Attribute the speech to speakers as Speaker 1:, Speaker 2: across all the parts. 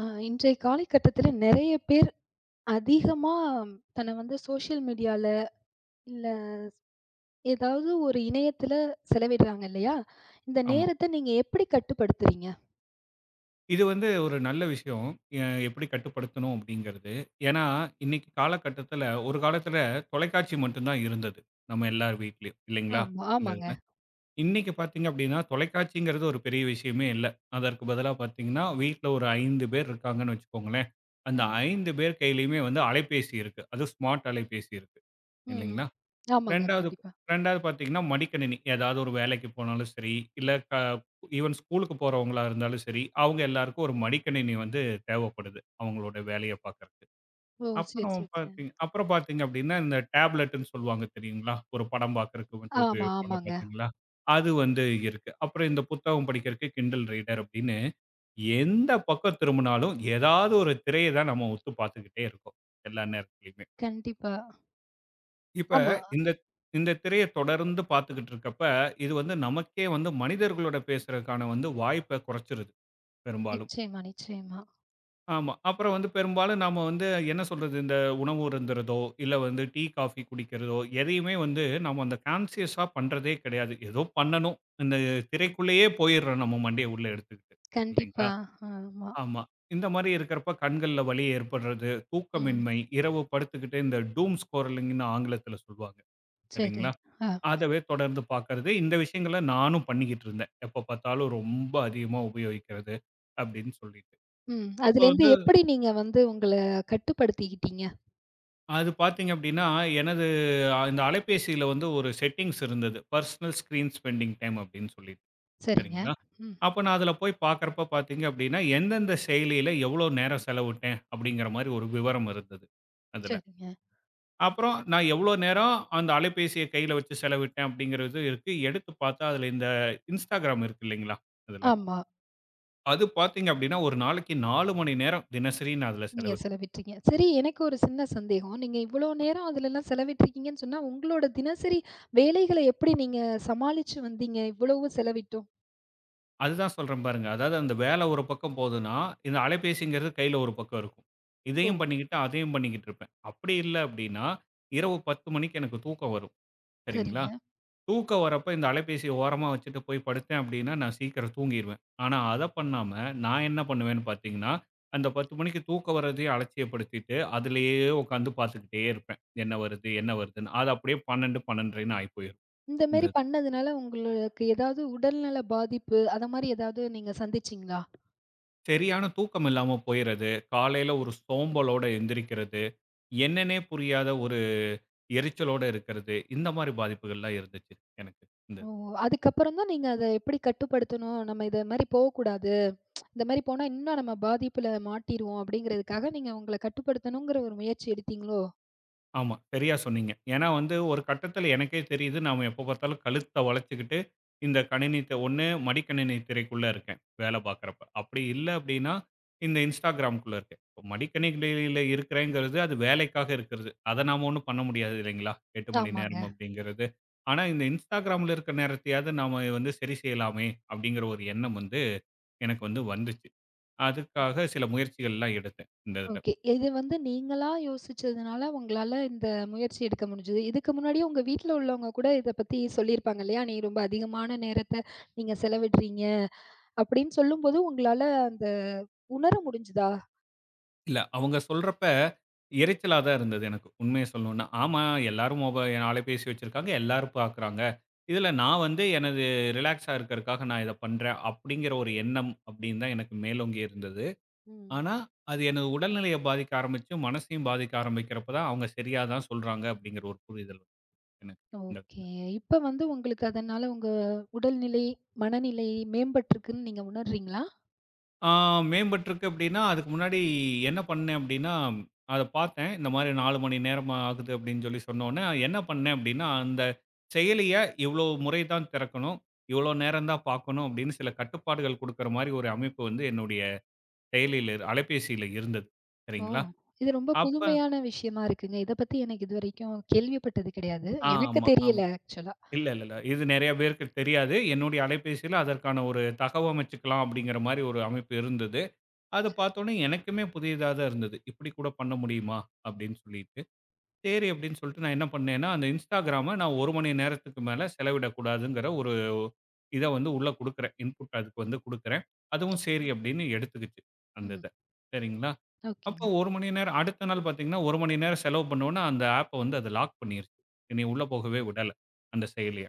Speaker 1: ஆ இன்றைய காலகட்டத்தில நெறைய பேர் அதிகமா தன்னை சோஷியல் மீடியால, இல்ல ஏதாவது ஒரு இணையத்தில செலவிடுறாங்க இல்லையா? இந்த
Speaker 2: ஆமா.
Speaker 1: நேரத்த நீங்க எப்படி கட்டுப்படுத்துறீங்க?
Speaker 2: இது வந்து ஒரு நல்ல விஷயம். எ எப்படி கட்டுப்படுத்தணும் அப்படிங்கிறது. ஏன்னா, இன்னைக்கு காலகட்டத்தில ஒரு காலத்தில தொலைக்காட்சி மட்டும் தான் இருந்தது. நம்ம எல்லார் வீட்லயும் இல்லைங்களா?
Speaker 1: ஆமா,
Speaker 2: இந்த இதுல.
Speaker 1: ஆமாங்க.
Speaker 2: இன்னைக்கு பார்த்தீங்க அப்படின்னா, தொலைக்காட்சிங்கிறது ஒரு பெரிய விஷயமே இல்ல. அதற்கு பதிலா பார்த்தீங்கன்னா, வீட்ல ஒரு 5 பேர் இருக்காங்கன்னு வச்சுக்கோங்களேன். அந்த
Speaker 1: கண்டிப்பா.
Speaker 2: 5 பேர் கையிலயுமே வந்து அலைபேசி இருக்கு. அதுவும் ஸ்மார்ட் அலைபேசி இருக்கு.
Speaker 1: ம்.
Speaker 2: இல்லைங்களா?
Speaker 1: ஆமாங்க,
Speaker 2: 2வது
Speaker 1: கண்டிப்பா.
Speaker 2: 2வது பார்த்தீங்கன்னா, மடிக்கணினி. ஏதாவது ஒரு வேலைக்கு போனாலும் சரி, இல்ல க ஈவன் ஸ்கூலுக்கு போறவங்களா இருந்தாலும் சரி, அவங்க எல்லாருக்கும் ஒரு மடிக்கணினி வந்து தேவைப்படுது. அவங்களோட வேலைய பார்க்கறக்கு.
Speaker 1: ஓ! சரி,
Speaker 2: அப்புறம்
Speaker 1: சரி, சரி.
Speaker 2: பார்த்தீங்க அப்புறம் பார்த்தீங்க அப்படின்னா, இந்த டேப்லெட்ன்னு சொல்லுவாங்க தெரியுங்களா? ஒரு படம் பார்க்கறக்கு வந்து
Speaker 1: ஆமா,
Speaker 2: உபயோகிப்பாங்க
Speaker 1: ஆமாங்க.
Speaker 2: பார்த்தீங்களா? அது வந்து இருக்கு. அப்புறம் இந்த புத்தகம் படிக்கிறக்கு கிண்டல் ரீடர் அப்படின்னு, எந்த பக்கம் திரும்பினாலும் ஏதாவது ஒரு திரைய தான் நம்ம உத்து பார்த்துக்கிட்டே இருக்கோம். எல்லா நேரத்திலயும்.
Speaker 1: கண்டிப்பா.
Speaker 2: இப்ப
Speaker 1: ஆமா.
Speaker 2: இந்த இந்த திரைய தொடர்ந்து பார்த்துக்கிட்டு இருக்கப்ப, இது வந்து நமக்கே வந்து மனிதர்களோட பேசுறதுக்கான வந்து வாய்ப்ப குறைச்சிருது, பெரும்பாலும்.
Speaker 1: நிச்சயமா, நிச்சயமா.
Speaker 2: ஆமா. அப்புறம் வந்து பெரும்பாலும் நாம வந்து என்ன சொல்றது, இந்த உணவு அருந்துறதோ, இல்ல வந்து டீ, காஃபி குடிக்கிறதோ, எதையுமே வந்து நாம அந்த கான்ஷியஸா பண்றதே கிடையாது. ஏதோ பண்ணணும். இந்த
Speaker 1: ம்.
Speaker 2: திரைக்குள்ளேயே போயிர்றோம் நம்ம மண்டைய உள்ள எடுத்துக்கிட்டு. இல்லைங்களா?
Speaker 1: கண்டிப்பா. ஆமா.
Speaker 2: ஆமா. இந்த மாரி இருக்கிறப்ப கண்கள்ல வலி ஏற்படுறது,
Speaker 1: ம்.
Speaker 2: தூக்கமின்மை, இரவு படுத்துக்கிட்டு இந்த டூம் ஸ்க்ரோலிங்ன்னு ஆங்கிலத்தில சொல்வாங்க.
Speaker 1: சரி.
Speaker 2: சரிங்களா?
Speaker 1: ஆ.
Speaker 2: அதவே தொடர்ந்து பார்க்கறது. இந்த விஷயங்கள நானும் பண்ணிக்கிட்டு இருந்தேன். எப்ப பார்த்தாலும் ரொம்ப அதிகமா உபயோகிக்கிறது அப்படின்னு சொல்லிட்டு.
Speaker 1: ம்.
Speaker 2: அப்போ
Speaker 1: அதுலேருந்து
Speaker 2: வந்து
Speaker 1: எப்படி நீங்க உங்கள கட்டுப்படுத்திக்கிட்டீங்க?
Speaker 2: அது பார்த்தீங்க அப்படின்னா, எனது இந்த அலைபேசியில வந்து ஒரு செட்டிங்ஸ் இருந்தது. பர்சனல் ஸ்க்ரீன் ஸ்பெண்டிங் டைம் அப்படின்னு சொல்லிட்டு.
Speaker 1: சரிங்க.
Speaker 2: சரிங்களா?
Speaker 1: ம்.
Speaker 2: அப்ப நான் அதில போய் பார்க்கறப்ப பார்த்தீங்க அப்படின்னா, எந்தெந்த செயலியில எவ்வளோ நேரம் செலவிட்டேன் அப்படிங்கிற மாரி ஒரு விவரம் இருந்தது அதுல.
Speaker 1: சரிங்க.
Speaker 2: அப்புறம் நான் எவ்வளோ நேரம் அந்த அலைபேசிய கையில வச்சு செலவிட்டேன் அப்படிங்கிறது இருக்கு. எடுத்து பார்த்தா அதில இந்த Instagram இருக்கு இல்லைங்களா? அதுல.
Speaker 1: ஆமா.
Speaker 2: அது பார்த்தீங்க அப்படின்னா, ஒரு நாளைக்கு 4 மணி நேரம் தினசரி நான் அதில
Speaker 1: நீங்க
Speaker 2: செலவிட்.
Speaker 1: செலவிட்றீங்க. சரி, எனக்கு ஒரு சின்ன சந்தேகம். நீங்க இவ்ளோ நேரம் அதுலலாம் செலவிட்ருக்கீங்கன்னு சொன்னா, உங்களோட தினசரி வேலைகள எப்படி நீங்க சமாளிச்சு வந்தீங்க? இவ்வளவு செலவிட்டோம்.
Speaker 2: அதுதான் சொல்றேன் பாருங்க. அதாவது அந்த வேலை ஒரு பக்கம் போதுன்னா, இந்த அலைபேசிங்கிறது கையில ஒரு பக்கம் இருக்கும்.
Speaker 1: ஓ!
Speaker 2: இதையும் பண்ணிக்கிட்டு, அதையும் பண்ணிக்கிட்டு இருப்பேன். அப்படி இல்ல அப்படின்னா, இரவு 10 மணிக்கு எனக்கு தூக்கம் வரும். சரிங்களா?
Speaker 1: சரிங்க.
Speaker 2: தூக்கம் வரப்ப இந்த அலைபேசிய ஓரமா வச்சுட்டு போய் படுத்தேன் அப்படின்னா, நான் சீக்கிரம் தூங்கிருவேன். ஆனா அத பண்ணாம, நான் என்ன பண்ணுவேன்னு பார்த்தீங்கன்னா, அந்த 10 மணிக்கு தூக்கம் வரதையும் அலட்சியப்படுத்திட்டு, அதிலேயே உட்காந்து பார்த்துக்கிட்டே இருப்பேன். என்ன வருது? என்ன வருதுன்னு? அது அப்படியே 12, 12:30ன்னு ஆயி போயிரும்.
Speaker 1: இந்த
Speaker 2: இந்த
Speaker 1: மாரி பண்ணதுனால உங்களுக்கு ஏதாவது உடல்நல பாதிப்பு, அத மாரி ஏதாவது நீங்க சந்திச்சீங்களா?
Speaker 2: சரியான தூக்கம் இல்லாம போயிறது. காலையில ஒரு சோம்பலோட எந்திரிக்கிறது. என்னன்னே புரியாத ஒரு எரிச்சலோட இருக்கிறது. இந்த மாரி பாதிப்புகள்லாம் இருந்துச்சு எனக்கு. இந்த
Speaker 1: ஓ! அதுக்கப்புறம் தான் நீங்க அத எப்படி கட்டுப்படுத்தணும்? நம்ம இத மாரி போகக்கூடாது. இந்த மாரி போனா இன்னும் நம்ம பாதிப்புல மாட்டிருவோம் அப்படிங்கிறதுக்காக, நீங்க உங்கள கட்டுப்படுத்தணுங்கிற ஒரு முயற்சி எடுத்தீங்களோ?
Speaker 2: ஆமா. சரியா சொன்னீங்க. ஏன்னா வந்து ஒரு கட்டத்தில எனக்கே தெரியுது, நாம எப்ப பார்த்தாலும் கழுத்த வளைச்சுக்கிட்டு, இந்த கணினி த ஒண்ணு மடிக்கணினி திரைக்குள்ள இருக்கேன், வேலை பார்க்குறப்ப. அப்படி இல்ல அப்படின்னா, இந்த Instagram குள்ள இருக்கேன். இப்ப மடிக்கணினியில இருக்கிறேங்கிறது, அது வேலைக்காக இருக்கிறது. அத நாம ஒண்ணும் பண்ண முடியாது இல்லைங்களா? 8 மணி
Speaker 1: ஆமாங்க.
Speaker 2: நேரம் அப்படிங்கிறது. ஆனா இந்த Instagramல இருக்கிற நேரத்தையாவது நாம வந்து சரி செய்யலாமே, அப்படிங்கிற ஒரு எண்ணம் வந்து எனக்கு வந்துச்சு. அதுக்காக சில முயற்சிகள்லாம் எடுத்தேன், இந்த இதுல.
Speaker 1: ஓகே. இது நீங்களா யோசிச்சதுனால, உங்களால இந்த முயற்சி எடுக்க முடிஞ்சது. இதுக்கு முன்னாடியே உங்க வீட்ல உள்ளவங்க கூட இத பத்தி சொல்லியிருப்பாங்க இல்லையா? "நீ ரொம்ப அதிகமான நேரத்த நீங்க செலவிடுறீங்க" அப்படின்னு சொல்லும்போது, உங்களால அந்த உணர முடிஞ்சுதா?
Speaker 2: இல்ல. அவங்க சொல்றப்ப எரிச்சலா தான் இருந்தது எனக்கு. உண்மைய சொல்லணும்னா. ஆமா, எல்லாரும் மொப அலைபேசி வச்சிருக்காங்க. எல்லாரும் பார்க்குறாங்க. இதுல நான் வந்து எனது ரிலாக்ஸா இருக்கறக்காக நான் இத பண்றேன் அப்படிங்கிற ஒரு எண்ணம் அப்படின்னு தான் எனக்கு மேலோங்கி இருந்தது.
Speaker 1: ம்.
Speaker 2: ஆனா, அது எனது உடல்நிலைய பாதிக்க ஆரம்பிச்சு, மனசையும் பாதிக்க ஆரம்பிக்கிறப்ப தான் அவங்க சரியா தான் சொல்றாங்க அப்படிங்கிற ஒரு புரிதல் வந்து எனக்கு. இந்த
Speaker 1: ஓகே. இப்ப உங்களுக்கு அதனால உங்க உடல்நிலை, மனநிலை மேம்பட்டுருக்குன்னு நீங்க உணர்றீங்களா?
Speaker 2: ஆ மேம்பட்டுருக்கு அப்டின்னா, அதுக்கு முன்னாடி என்ன பண்ணேன் அப்டின்னா, அத பார்த்தேன். இந்த மாரி 4 மணி நேரம் ஆகுது அப்டின்னு சொல்லி சொன்னோனே, என்ன பண்ணேன் அப்டின்னா, அந்த செயலிய இவ்ளோ முறை தான் திறக்கணும், இவ்ளோ நேரம் தான் பார்க்கணும் அப்டின்னு சில கட்டுப்பாடுகள் குடுக்குற மாரி ஒரு அமைப்பு வந்து என்னுடைய செயலியில அலைபேசியில இருந்தது.
Speaker 1: ஓ!
Speaker 2: சரிங்களா?
Speaker 1: இது ரொம்ப
Speaker 2: அப்ப
Speaker 1: புதுமையான விஷயமா இருக்குங்க. இத பத்தி எனக்கு இதுவரைக்கும் கேள்விப்பட்டது கிடையாது. எனக்கு
Speaker 2: ஆமா, ஆமா.
Speaker 1: தெரியல ஆக்சுவலா.
Speaker 2: இல்ல, இல்ல, இல்ல. இது நெறைய பேருக்கு தெரியாது. என்னுடைய அலைபேசியில அதற்கான ஒரு தகவமைச்சுக்கலாம் அப்டிங்கிற மாரி ஒரு அமைப்பு இருந்தது. அத பார்த்தோனே எனக்குமே புதியதா தான் இருந்தது. இப்படி கூட பண்ண முடியுமா? அப்படின்னு சொல்லிட்டு. சரி அப்படின்னு சொல்லிட்டு நான் என்ன பண்ணேன்னா, அந்த Instagramம நான் 1 மணி நேரத்துக்கு மேல செலவிடக்கூடாதுங்கிற ஒரு இத வந்து உள்ள குடுக்குறேன். இன்புட் அதுக்கு வந்து குடுக்குறேன். அதுவும் சரி அப்படின்னு எடுத்துக்குச்சு அந்த
Speaker 1: ம்.
Speaker 2: இத. சரிங்களா? அப்போ
Speaker 1: ஓகேங்க.
Speaker 2: 1 மணி நேரம் அடுத்த நாள் பார்த்தீங்கன்னா, 1 மணி நேரம் செலவு பண்ணோனே அந்த ஆப்ப வந்து அது லாக் பண்ணிருச்சு. என்னைய உள்ள போகவே விடல அந்த செயலிய.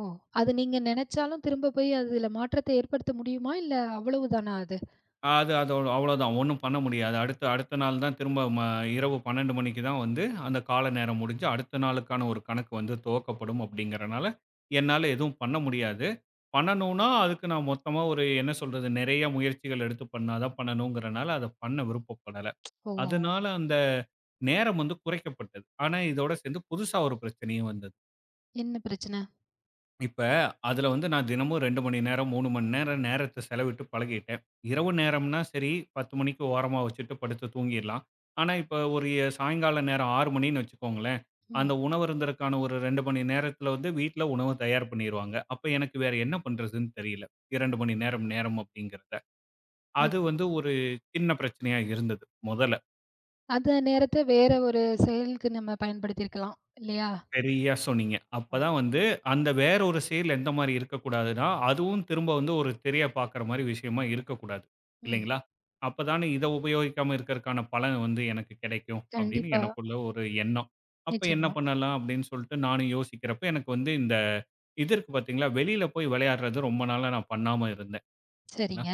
Speaker 1: ஓ! அது நீங்க நெனச்சாலும் திரும்ப போய் அதுல மாற்றத்தை ஏற்படுத்த முடியுமா? இல்ல அவ்வளவுதானா அது?
Speaker 2: அது அதோட அவ்வளோதான். ஒண்ணும் பண்ண முடியாது. அடுத்த அடுத்த நாள் தான் திரும்ப இரவு 12 மணிக்கு தான் வந்து அந்த கால நேரம் முடிஞ்சு, அடுத்த நாளுக்கான ஒரு கணக்கு வந்து துவக்கப்படும் அப்படிங்கிறனால, என்னால எதுவும் பண்ண முடியாது. பண்ணணும்னா, அதுக்கு நான் மொத்தமா ஒரு என்ன சொல்றது, நெறைய முயற்சிகள் எடுத்து பண்ணா தான் பண்ணணுங்கிறனால, அத பண்ண விருப்பப்படல.
Speaker 1: ஓ!
Speaker 2: அதனால அந்த நேரம் வந்து குறைக்கப்பட்டது. ஆனா இதோட சேர்ந்து புதுசா ஒரு பிரச்சனையும் வந்தது.
Speaker 1: என்ன பிரச்சனை?
Speaker 2: இப்ப அதுல வந்து நான் தினமும் 2 மணி நேரம், 3 மணி நேரம் நேரத்த செலவிட்டு பழகிட்டேன். இரவு நேரம்னா சரி 10 மணிக்கு ஓரமா வச்சுட்டு படுத்து தூங்கிடலாம். ஆனா, இப்ப ஒரு எ சாயங்கால நேரம் 6 மணின்னு வச்சுக்கோங்களேன்,
Speaker 1: ம்.
Speaker 2: அந்த உணவருந்தற்கான ஒரு 2 மணி நேரத்துல வந்து வீட்ல உணவு தயார் பண்ணிருவாங்க. அப்ப எனக்கு வேற என்ன பண்றதுன்னு தெரியல. 2 மணி நேரம் நேரம் அப்படிங்கிறத.
Speaker 1: ஓ.
Speaker 2: அது வந்து ஒரு சின்ன பிரச்சனையா இருந்தது முதல்ல.
Speaker 1: அந்த நேரத்த வேற ஒரு செயலுக்கு நம்ம பயன்படுத்தியிருக்கலாம். இல்லையா?
Speaker 2: சரியா சொன்னீங்க.
Speaker 1: ம்.
Speaker 2: அப்பதான் வந்து அந்த வேற ஒரு செயல் எந்த மாரி இருக்கக்கூடாதுன்னா, அதுவும் திரும்ப வந்து ஒரு திரைய பார்க்குற மாரி விஷயமா இருக்கக்கூடாது.
Speaker 1: ம்.
Speaker 2: இல்லைங்களா? அப்பதானே இத உபயோகிக்காம இருக்கறக்கான பலன் வந்து எனக்கு கிடைக்கும் அப்படின்னு
Speaker 1: கண்டிப்பா.
Speaker 2: எனக்குள்ள ஒரு எண்ணம். அப்ப என்ன
Speaker 1: நிச்சயமா.
Speaker 2: பண்ணலாம் அப்படின்னு சொல்லிட்டு நானும் யோசிக்கிறப்ப எனக்கு வந்து இந்த இது இருக்கு பார்த்தீங்களா, வெளியில போய் விளையாடுறது ரொம்ப நாளா நான் பண்ணாம இருந்தேன்.
Speaker 1: சரிங்க.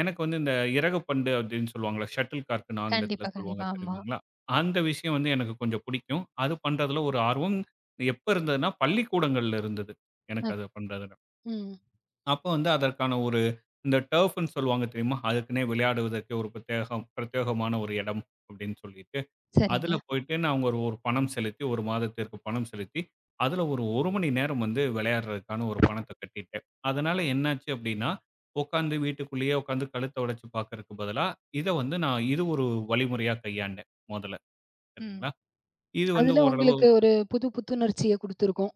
Speaker 2: எனக்கு வந்து இந்த இறகுப்பந்து அப்படின்னு சொல்லுவாங்கல்ல, ஷட்டில் கார்க்ன்னு ஆங்கிலத்தில
Speaker 1: கண்டிப்பா,
Speaker 2: சொல்லுவாங்க
Speaker 1: கண்டிப்பா. ஆமா.
Speaker 2: தெரியுங்களா? அந்த விஷயம் வந்து எனக்கு கொஞ்சம் பிடிக்கும். அது பண்றதுல ஒரு ஆர்வம் எப்ப இருந்ததுன்னா, பள்ளிக்கூடங்கள்ல இருந்தது. எனக்கு
Speaker 1: அ.
Speaker 2: அது பண்றதுல.
Speaker 1: ம்.
Speaker 2: அப்போ வந்து அதற்கான ஒரு இந்த டர்ஃப்ன்னு சொல்லுவாங்க தெரியுமா? அதுக்குன்னே விளையாடுவதற்கு ஒரு பிரத்யேகமான ஒரு இடம் அப்படின்னு சொல்லி. அதில
Speaker 1: சரிங்க.
Speaker 2: போயிட்டு நான் ஒரு ஒரு பணம் செலுத்தி, 1 மாதத்திற்கு பணம் செலுத்தி, அதில ஒரு 1 மணி நேரம் வந்து விளையாடுறதுக்கான ஒரு பணத்த கட்டிட்டேன். அதனால என்னாச்சு அப்டின்னா, உட்காந்து வீட்டுக்குள்ளேயே உட்காந்து கழுத்த உடைச்சு பார்க்கறக்கு பதிலா, இத வந்து நான் இது ஒரு வழிமுறையா கையாண்டேன் மொதல்ல.
Speaker 1: ம்.
Speaker 2: சரிங்களா? இது வந்து
Speaker 1: அதுல
Speaker 2: ஓரளவு
Speaker 1: உங்களுக்கு ஒரு புது புத்துணர்ச்சிய குடுத்துருக்கும்.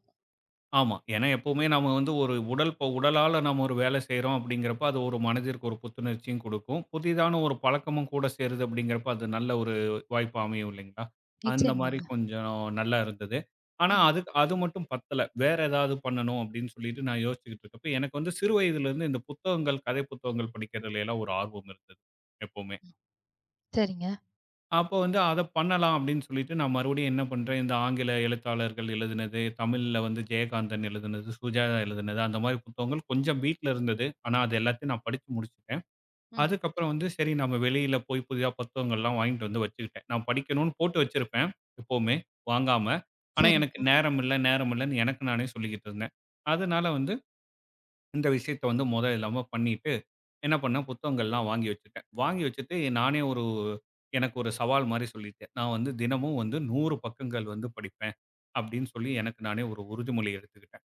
Speaker 2: ஆமா. ஏன்னா எப்பவுமே நாம வந்து ஒரு உடல் இப்ப உடலால நம்ம ஒரு வேலை செய்றோம் அப்படிங்கிறப்ப, அது ஒரு மனதிற்கு ஒரு புத்துணர்ச்சியும் குடுக்கும். புதிதான ஒரு பழக்கமும் கூட சேருது அப்படிங்கிறப்ப, அது நல்ல ஒரு வாய்ப்பா அமையும் இல்லைங்களா? அந்த மாரி
Speaker 1: நிச்சயமாங்க.
Speaker 2: கொஞ்சம் நல்லா இருந்தது. ஆனா
Speaker 1: ம்.
Speaker 2: அது மட்டும் பத்தல. வேற ஏதாவது பண்ணணும் அப்படின்னு சொல்லிட்டு நான் யோசிச்சுக்கிட்டு இருக்கப்ப, எனக்கு வந்து சிறு வயதிலிருந்து இந்த புத்தகங்கள், கதை புத்தகங்கள் படிக்கிறதுல எல்லாம் ஒரு ஆர்வம் இருந்தது. எப்பவுமே.
Speaker 1: சரிங்க.
Speaker 2: அப்போ வந்து அத பண்ணலாம் அப்படின்னு சொல்லிட்டு, நான் மறுபடியும் என்ன பண்றேன், இந்த ஆங்கில எழுத்தாளர்கள் எழுதினது, தமிழ்ல வந்து ஜெயகாந்தன் எழுதினது, சுஜாதா எழுதினது, அந்த மாரி புத்தகங்கள் கொஞ்சம் வீட்ல இருந்தது. ஆனா, அது எல்லாத்தையும் நான் படிச்சு முடிச்சுட்டேன்.
Speaker 1: ம்.
Speaker 2: அதுக்கப்புறம் வந்து சரி நம்ம வெளியில போய் புதிதா புத்தகங்கள்லாம் வாங்கிட்டு வந்து வச்சுக்கிட்டேன். நான் படிக்கணும்னு போட்டு வச்சிருப்பேன், எப்பவுமே வாங்காம. ஆனா, எனக்கு
Speaker 1: சரிங்க.
Speaker 2: நேரம் இல்ல, நேரம் இல்லன்னு எனக்கு நானே சொல்லிக்கிட்டு இருந்தேன். அதனால வந்து இந்த விஷயத்த வந்து மொத இல்லாம பண்ணிட்டு என்ன பண்ணேன் புத்தகங்கள்லாம் வாங்கி வச்சுட்டேன். வாங்கி வச்சுட்டு நானே ஒரு எனக்கு ஒரு சவால் மாரி சொல்லிட்டேன். நான் வந்து தினமும் வந்து 100 பக்கங்கள் வந்து படிப்பேன். அப்படின்னு சொல்லி எனக்கு நானே ஒரு உறுதிமொழி எடுத்துக்கிட்டேன்.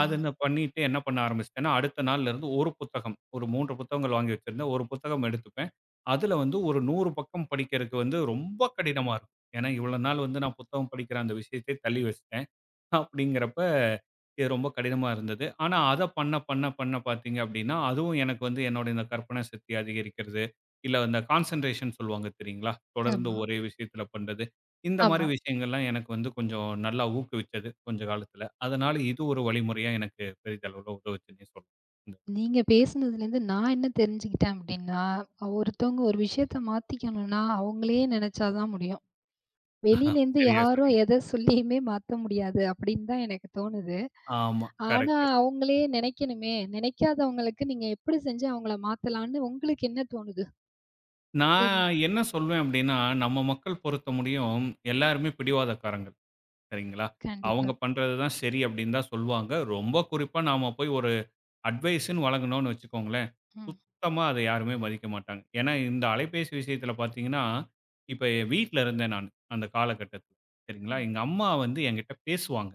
Speaker 2: அத நான் பண்ணிட்டு என்ன பண்ண ஆரம்பிச்சுட்டேன்னா, அடுத்த நாள்லருந்து ஒரு புத்தகம், ஒரு 3 புத்தகங்கள் வாங்கி வச்சிருந்தேன். ஒரு புத்தகம் எடுத்துப்பேன். அதுல வந்து ஒரு 100 பக்கம் படிக்கிறதுக்கு வந்து ரொம்ப கடினமா இருக்கும். ஏன்னா இவ்வளோ நாள் வந்து நான் புத்தகம் படிக்கிற அந்த விஷயத்தை தள்ளி வச்சுட்டேன். அப்படிங்கிறப்ப, இது ரொம்ப கடினமா இருந்தது. ஆனா அத பண்ண, பண்ண, பண்ண பார்த்தீங்க அப்படின்னா, அதுவும் எனக்கு வந்து என்னோட இந்த கற்பனை சக்தி அதிகரிக்கிறது, இல்ல அந்த கான்சன்ட்ரேஷன் சொல்லுவாங்க தெரியுங்களா? தொடர்ந்து
Speaker 1: ஆமா.
Speaker 2: ஒரே விஷயத்தில பண்றது. இந்த மாரி
Speaker 1: ஆமா.
Speaker 2: விஷயங்கள்லாம் எனக்கு வந்து கொஞ்சம் நல்லா ஊக்குவிச்சது, கொஞ்ச காலத்தில. அதனால இது ஒரு வழிமுறையா எனக்கு பெரிதளவுல உதவுச்சுன்னே சொல்லலாம். இந்த
Speaker 1: நீங்க பேசுனதுலேருந்து நான் என்ன தெரிஞ்சுக்கிட்டேன் அப்டின்னா, ஒருத்தவங்க ஒரு விஷயத்த மாத்திக்கணும்னா, அவங்களே நெனச்சா தான் முடியும். வெளியிலேருந்து
Speaker 2: சரியா
Speaker 1: யாரும்
Speaker 2: சொன்னீங்க.
Speaker 1: எத சொல்லியுமே மாத்த முடியாது அப்டின்னு தான் எனக்கு தோணுது.
Speaker 2: ஆமா,
Speaker 1: ஆனா
Speaker 2: கரெக்ட்டா சொன்னீங்க.
Speaker 1: அவங்களே நெனைக்கணுமே, நெனைக்காதவங்களுக்கு நீங்க எப்டி செஞ்சு அவங்கள மாத்தலான்னு உங்களுக்கு என்ன தோணுது? எது?
Speaker 2: நான் என்ன சொல்வேன் அப்படின்னா, நம்ம மக்கள் பொறுத்த முடியும் எல்லாருமே பிடிவாதக்காரங்க. சரிங்களா?
Speaker 1: கண்டிப்பா.
Speaker 2: அவங்க பண்றது தான் சரி அப்படின்னு தான் சொல்லுவாங்க. ரொம்ப குறிப்பா நாம போய் ஒரு அட்வைஸ்ன்னு வழங்குனோம்னு வச்சுக்கோங்களேன்,
Speaker 1: ம்,
Speaker 2: சுத்தமா அத யாருமே மதிக்க மாட்டாங்க. ஏன்னா இந்த அலைபேசி விஷயத்தில பார்த்தீங்கன்னா, இப்ப வீட்ல இருந்தேன் நானு, அந்த காலகட்டத்தில. சரிங்களா?
Speaker 1: ம்.
Speaker 2: எங்க அம்மா வந்து என்கிட்ட பேசுவாங்க.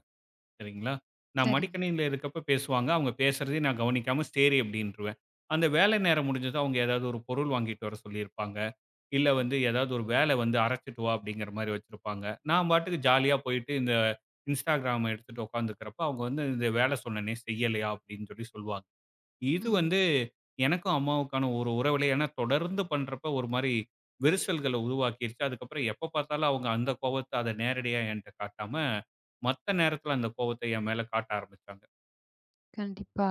Speaker 2: சரிங்களா? நான்
Speaker 1: சரிங்க.
Speaker 2: மடிக்கணினியில இருக்கப்ப பேசுவாங்க. அவங்க பேசுறதையும் நான் கவனிக்காம சரி அப்டின்ருவேன். அந்த வேலை நேரம் முடிஞ்சதும் அவங்க ஏதாவது ஒரு பொருள் வாங்கிட்டு வர சொல்லியிருப்பாங்க. இல்ல வந்து ஏதாவது ஒரு வேல வந்து அரைச்சுட்டு வா அப்படிங்கிற மாரி வச்சிருப்பாங்க. நான் பாட்டுக்கு ஜாலியா போயிட்டு இந்த Instagram எடுத்துட்டு உட்காந்துக்கிறப்ப அவங்க வந்து இந்த வேல சொன்னனே செய்யலையா அப்படின்னு சொல்லி சொல்லுவாங்க. இது வந்து
Speaker 1: ம்.
Speaker 2: எனக்கும் அம்மாவுக்கான ஒரு உறவுல ஏன்னா தொடர்ந்து பண்றப்ப ஒரு மாரி விரிசல்கள உருவாக்கிருச்சு. அதுக்கப்புறம் எப்ப பார்த்தாலும் அவங்க அந்த கோவத்த அத நேரடியா என்ட்ட காட்டாம, மத்த நேரத்துல அந்த கோவத்த என் மேல காட்ட ஆரம்பிச்சாங்க.
Speaker 1: கண்டிப்பா.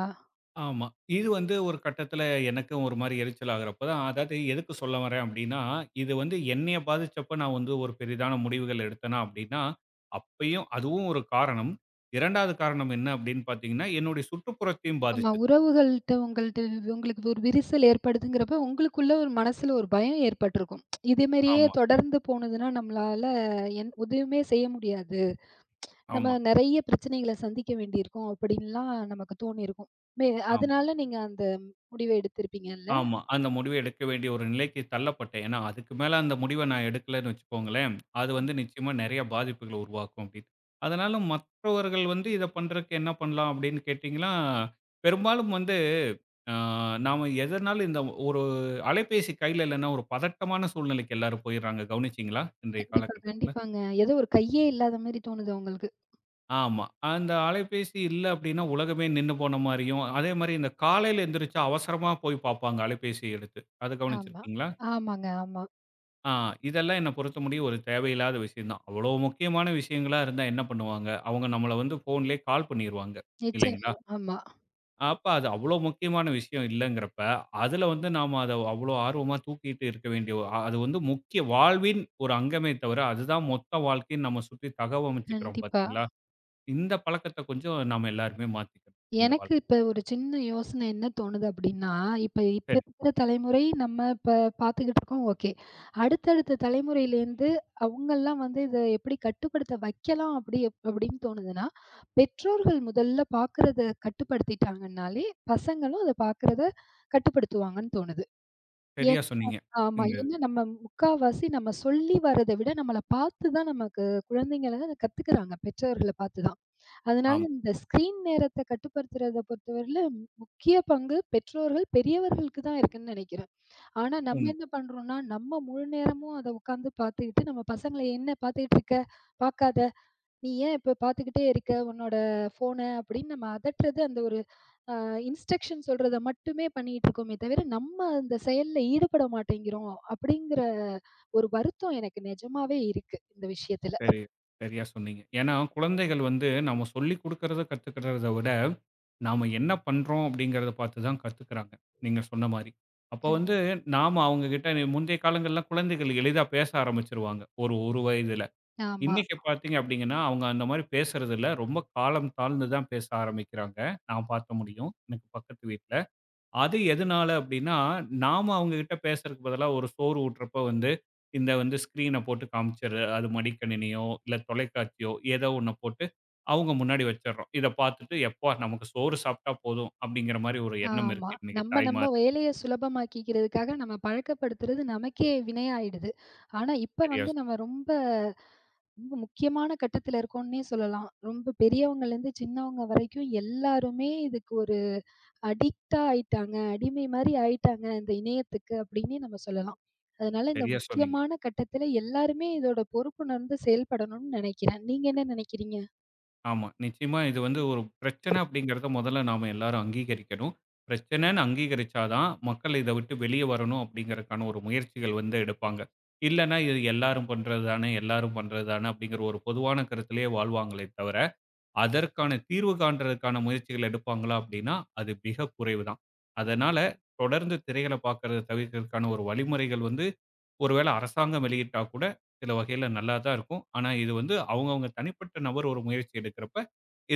Speaker 2: ஆமா. இது வந்து ஒரு கட்டத்துல எனக்கும் ஒரு மாரி எரிச்சல் ஆகுறப்ப தான் அதாவது எதுக்கு சொல்ல வரேன் அப்டின்னா, இது வந்து என்னைய பாதிச்சப்ப நான் வந்து ஒரு பெரிதான முடிவுகள் எடுத்தேனா அப்டின்னா, அப்பயும் அதுவும் ஒரு காரணம். 2வது காரணம் என்ன அப்டின்னு பார்த்தீங்கன்னா, என்னுடைய சுற்றுப்புறத்தையும்
Speaker 1: ஆமா.
Speaker 2: பாதிச்சது.
Speaker 1: உறவுகள்ட்ட உங்கள்ட்ட உங்களுக்கு ஒரு விரிசல் ஏற்படுதுங்கிறப்ப, உங்களுக்குள்ள ஒரு மனசுல ஒரு பயம் ஏற்பட்டுருக்கும். இதே மாரியே
Speaker 2: ஆமா,
Speaker 1: தொடர்ந்து போனதுன்னா, நம்மளால என் உதவியுமே செய்ய முடியாது. நம்ம
Speaker 2: ஆமா,
Speaker 1: நெறைய பிரச்சனைகள சந்திக்க வேண்டியிருக்கும் அப்படின்லாம் நமக்கு தோணியிருக்கும். மே
Speaker 2: ஆமா.
Speaker 1: அதனால நீங்க அந்த முடிவ எடுத்திருப்பீங்கல்ல?
Speaker 2: ஆமா. அந்த முடிவு எடுக்க வேண்டிய ஒரு நிலைக்கு தள்ளப்பட்டேன். ஏன்னா, அதுக்கு மேல அந்த முடிவ நான் எடுக்கலன்னு வச்சுக்கோங்களேன், அது
Speaker 1: ம்.
Speaker 2: வந்து நிச்சயமா நெறைய பாதிப்புகள உருவாக்கும் அப்படின்னு. அதனால மற்றவர்கள் வந்து இத பண்றதுக்கு என்ன பண்ணலாம் அப்படின்னு கேட்டீங்கன்னா, பெரும்பாலும் வந்து அ நாம எதனாலும் இந்த ஒரு அலைபேசி கையில இல்லன்னா ஒரு பதட்டமான சூழ்நிலைக்கு எல்லாரும் போயிடுறாங்க. கவனிச்சீங்களா? இன்றைய
Speaker 1: கண்டிப்பா,
Speaker 2: காலகட்டத்தில.
Speaker 1: கண்டிப்பாங்க. ஏதோ ஒரு கையே இல்லாத மாரி தோணுது உங்களுக்கு.
Speaker 2: ஆமா. அந்த அலைபேசி இல்ல அப்படின்னா உலகமே நின்னு போன மாரியும், அதே மாரி இந்த காலையில எந்திரிச்சு அவசரமா போய் பார்ப்பாங்க அலைபேசிய எடுத்து. அத
Speaker 1: ஆமா.
Speaker 2: கவனிச்சிருக்கீங்களா?
Speaker 1: ஆமாங்க, ஆமா.
Speaker 2: ஆ இதெல்லாம் என்ன பொறுத்த முடியும் ஒரு தேவையில்லாத விஷயம் தான். அவ்வளோ முக்கியமான விஷயங்களா இருந்தா என்ன பண்ணுவாங்க? அவங்க நம்மள வந்து ஃபோன்லயே கால் பண்ணிருவாங்க இல்லைங்களா?
Speaker 1: நிச்சயமா. ஆமா.
Speaker 2: அப்ப அது அவ்வளோ முக்கியமான விஷயம் இல்லங்கிறப்ப, அதுல வந்து நாம அத அவ்வளோ ஆர்வமா தூக்கிட்டு இருக்க வேண்டிய அது வந்து முக்கிய வாழ்வின் ஒரு அங்கமே தவிர, அதுதான் மொத்த வாழ்க்கைன்னு நம்ம சுத்தி தகவமைச்சுக்கிறோம்
Speaker 1: கண்டிப்பா.
Speaker 2: பார்த்தீங்களா? இந்த பழக்கத்த கொஞ்சம் நாம எல்லாருமே மாத்திக்கணும் இந்த
Speaker 1: எனக்கு
Speaker 2: வாழ்.
Speaker 1: இப்ப ஒரு சின்ன யோசனை என்ன தோணுது அப்டின்னா, இப்ப இப்ப
Speaker 2: சரி
Speaker 1: இருக்கிற தலைமுறை நம்ம இப்ப பார்த்துக்கிட்டு இருக்கோம். ஓகே. அடுத்தடுத்த தலைமுறையிலேருந்து அவங்கலாம் இத எப்டி கட்டுப்படுத்த வைக்கலாம் அப்டின்னு தோணுதுன்னா, பெற்றோர்கள் முதல்ல பார்க்கறத கட்டுப்படுத்திட்டாங்கன்னாலே, பசங்களும் அத பார்க்கறத கட்டுப்படுத்துவாங்கன்னு தோணுது.
Speaker 2: சரியா
Speaker 1: ஏன்
Speaker 2: சொன்னீங்க.
Speaker 1: ஆமா.
Speaker 2: இந்த இது.
Speaker 1: ஏன்னா முக்காவாசி நம்ம சொல்லி வர்றத விட நம்மள பார்த்து தான் நமக்கு குழந்தைங்கள கத்துக்குறாங்க, பெற்றோர்கள பார்த்து தான். அதனால
Speaker 2: ஆமா.
Speaker 1: இந்த ஸ்க்ரீன் நேரத்த கட்டுப்படுத்துறத பொறுத்தவரையில முக்கிய பங்கு பெற்றோர்கள், பெரியவர்களுக்கு தான் இருக்குன்னு நெனைக்கிறேன். ஆனா நம்ம
Speaker 2: ம்.
Speaker 1: என்ன பண்றோம்னா, நம்ம முழு நேரமும் அத உட்கார்ந்து பார்த்துக்கிட்டு நம்ம பசங்கள "என்ன பார்த்துக்கிட்டு இருக்க? பார்க்காத. நீ ஏன் இப்ப பார்த்துக்கிட்டே இருக்க உன்னோட ஃபோன?" அப்படின்னு நம்ம அதட்டுறது அந்த ஒரு அ இன்ஸ்ட்ரக்ஷன் சொல்றத மட்டுமே பண்ணிட்டு இருக்கோமே தவிர, நம்ம அந்த செயல்ல ஈடுபட மாட்டேங்கிறோம் அப்படிங்கிற ஒரு வருத்தம் எனக்கு நிஜமாவே இருக்கு இந்த விஷயத்துல.
Speaker 2: சரி. சரியா சொன்னீங்க. ஏன்னா குழந்தைகள் வந்து நம்ம சொல்லிக் குடுக்கறத கத்துக்கிறத விட நாம என்ன பண்றோம் அப்படிங்கிறத பார்த்து தான் கத்துக்கிறாங்க. நீங்க சொன்ன மாரி. அப்போ வந்து
Speaker 1: கண்டிப்பா.
Speaker 2: நாம அவங்க கிட்ட முந்தைய காலங்கள்ல குழந்தைகள் எளிதா பேச ஆரம்பிச்சுருவாங்க. ஒரு 1 வயதில.
Speaker 1: ஆமா.
Speaker 2: இன்னைக்கு பார்த்தீங்க அப்படிங்கன்னா, அவங்க அந்த மாரி பேசுறது இல்ல. ரொம்ப காலம் தாழ்ந்து தான் பேச ஆரம்பிக்கிறாங்க. நான் பார்க்க முடியும். எனக்கு பக்கத்து வீட்ல. அது எதனால அப்டின்னா, நாம அவங்ககிட்ட பேசுறதுக்கு பதிலா ஒரு சோறு ஊட்டுறப்ப வந்து, இந்த வந்து ஸ்க்ரீன போட்டு காமிச்சரு. அது மடிக்கணினியோ, இல்ல தொலைக்காட்சியோ ஏதோ ஒண்ண போட்டு அவங்க முன்னாடி வச்சர்றோம். இத பார்த்துட்டு, "எப்பா நமக்கு சோறு சாப்ட்டா போதும்" அப்டிங்கிற மாரி ஒரு எண்ணம்
Speaker 1: ஆமா.
Speaker 2: இருக்கு இன்னைக்கு
Speaker 1: நம்ம நம்ம
Speaker 2: தாய்மார்.
Speaker 1: வேலைய சுலபமாக்கிக்கிறதுக்காக நம்ம பழக்கப்படுத்துறது நமக்கே வினையாயிடுது. ஆனா, இப்ப
Speaker 2: சரியா
Speaker 1: வந்து
Speaker 2: சொன்னீங்க.
Speaker 1: நம்ம ரொம்ப ரொம்ப முக்கியமான கட்டத்துல இருக்கோம்னே சொல்லலாம். ரொம்ப பெரியவங்கலேருந்து சின்னவங்க வரைக்கும் எல்லாருமே இதுக்கு ஒரு அடிக்ட்டா ஆயிட்டாங்க. அடிமை மாரி ஆயிட்டாங்க இந்த இணையத்துக்கு அப்டின்னே நம்ம சொல்லலாம். அதனால இந்த
Speaker 2: சரியா சொன்னீங்க.
Speaker 1: முக்கியமான கட்டத்துல எல்லாருமே இதோட பொறுப்புணர்ந்து செயல்படணும்னு நெனைக்கிறேன். நீங்க என்ன நெனைக்கிறீங்க?
Speaker 2: ஆமா. நிச்சயமா இது வந்து ஒரு பிரச்சனை அப்படிங்கிறத முதல்ல நாம எல்லாரும் அங்கீகரிக்கணும். பிரச்சனைன்னு அங்கீகரிச்சா தான், மக்கள் இத விட்டு வெளிய வரணும் அப்படிங்கிறதுக்கான ஒரு முயற்சிகள் வந்து எடுப்பாங்க. இல்லன்னா இது எல்லாரும் பண்றது தானே, எல்லாரும் பண்றது தானே அப்படிங்கிற ஒரு பொதுவான கருத்திலேயே வாழ்வாங்களே தவிர, அதற்கான தீர்வு காண்றதுக்கான முயற்சிகள் எடுப்பாங்களா அப்படின்னா, அது மிக குறைவு தான். அதனால தொடர்ந்து திரைகள பார்க்கிறத தவிர்க்கிறதுக்கான ஒரு வழிமுறைகள் வந்து ஒருவேளை அரசாங்கம் வெளியிட்டா கூட சில வகையில நல்லா தான் இருக்கும். ஆனா இது வந்து அவங்கவங்க தனிப்பட்ட நபர் ஒரு முயற்சி எடுக்கிறப்ப,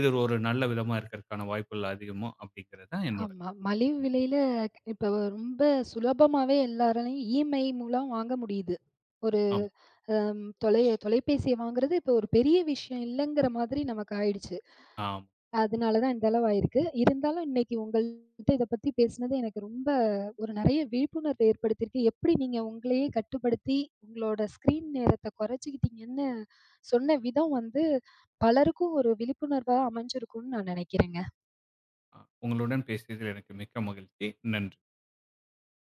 Speaker 2: இது ஒரு நல்ல விதமா இருக்கிறதுக்கான வாய்ப்புகள் அதிகமோ அப்படிங்கிறது தான் என்னோட
Speaker 1: ஆமா.
Speaker 2: கருத்து.
Speaker 1: மலிவு விலையில இப்ப ரொம்ப சுலபமாவே எல்லாராலயும் EMI மூலம் வாங்க முடியுது. ஒரு
Speaker 2: ஆமா,
Speaker 1: தொலைபேசிய வாங்குறது இப்ப ஒரு பெரிய விஷயம் இல்லங்கிற மாதிரி நமக்கு ஆயிடுச்சு.
Speaker 2: ஆமா.
Speaker 1: அதனால தான் இந்த அளவு ஆயிருக்கு. இருந்தாலும் இன்னைக்கு உங்கள்ட்ட இத பத்தி பேசினது எனக்கு ரொம்ப ஒரு நெறைய விழிப்புணர்வு ஏற்படுத்தியிருக்கு. எப்படி நீங்க உங்களையே கட்டுப்படுத்தி உங்களோட ஸ்க்ரீன் நேரத்த குறைச்சுக்கிட்டீங்கன்னு சொன்ன விதம் வந்து பலருக்கும் ஒரு விழிப்புணர்வா அமைஞ்சிருக்கும்னு நான் நெனைக்கிறேங்க.
Speaker 2: அ உங்களுடன் பேசியதில் எனக்கு மிக்க மகிழ்ச்சி. நன்றி.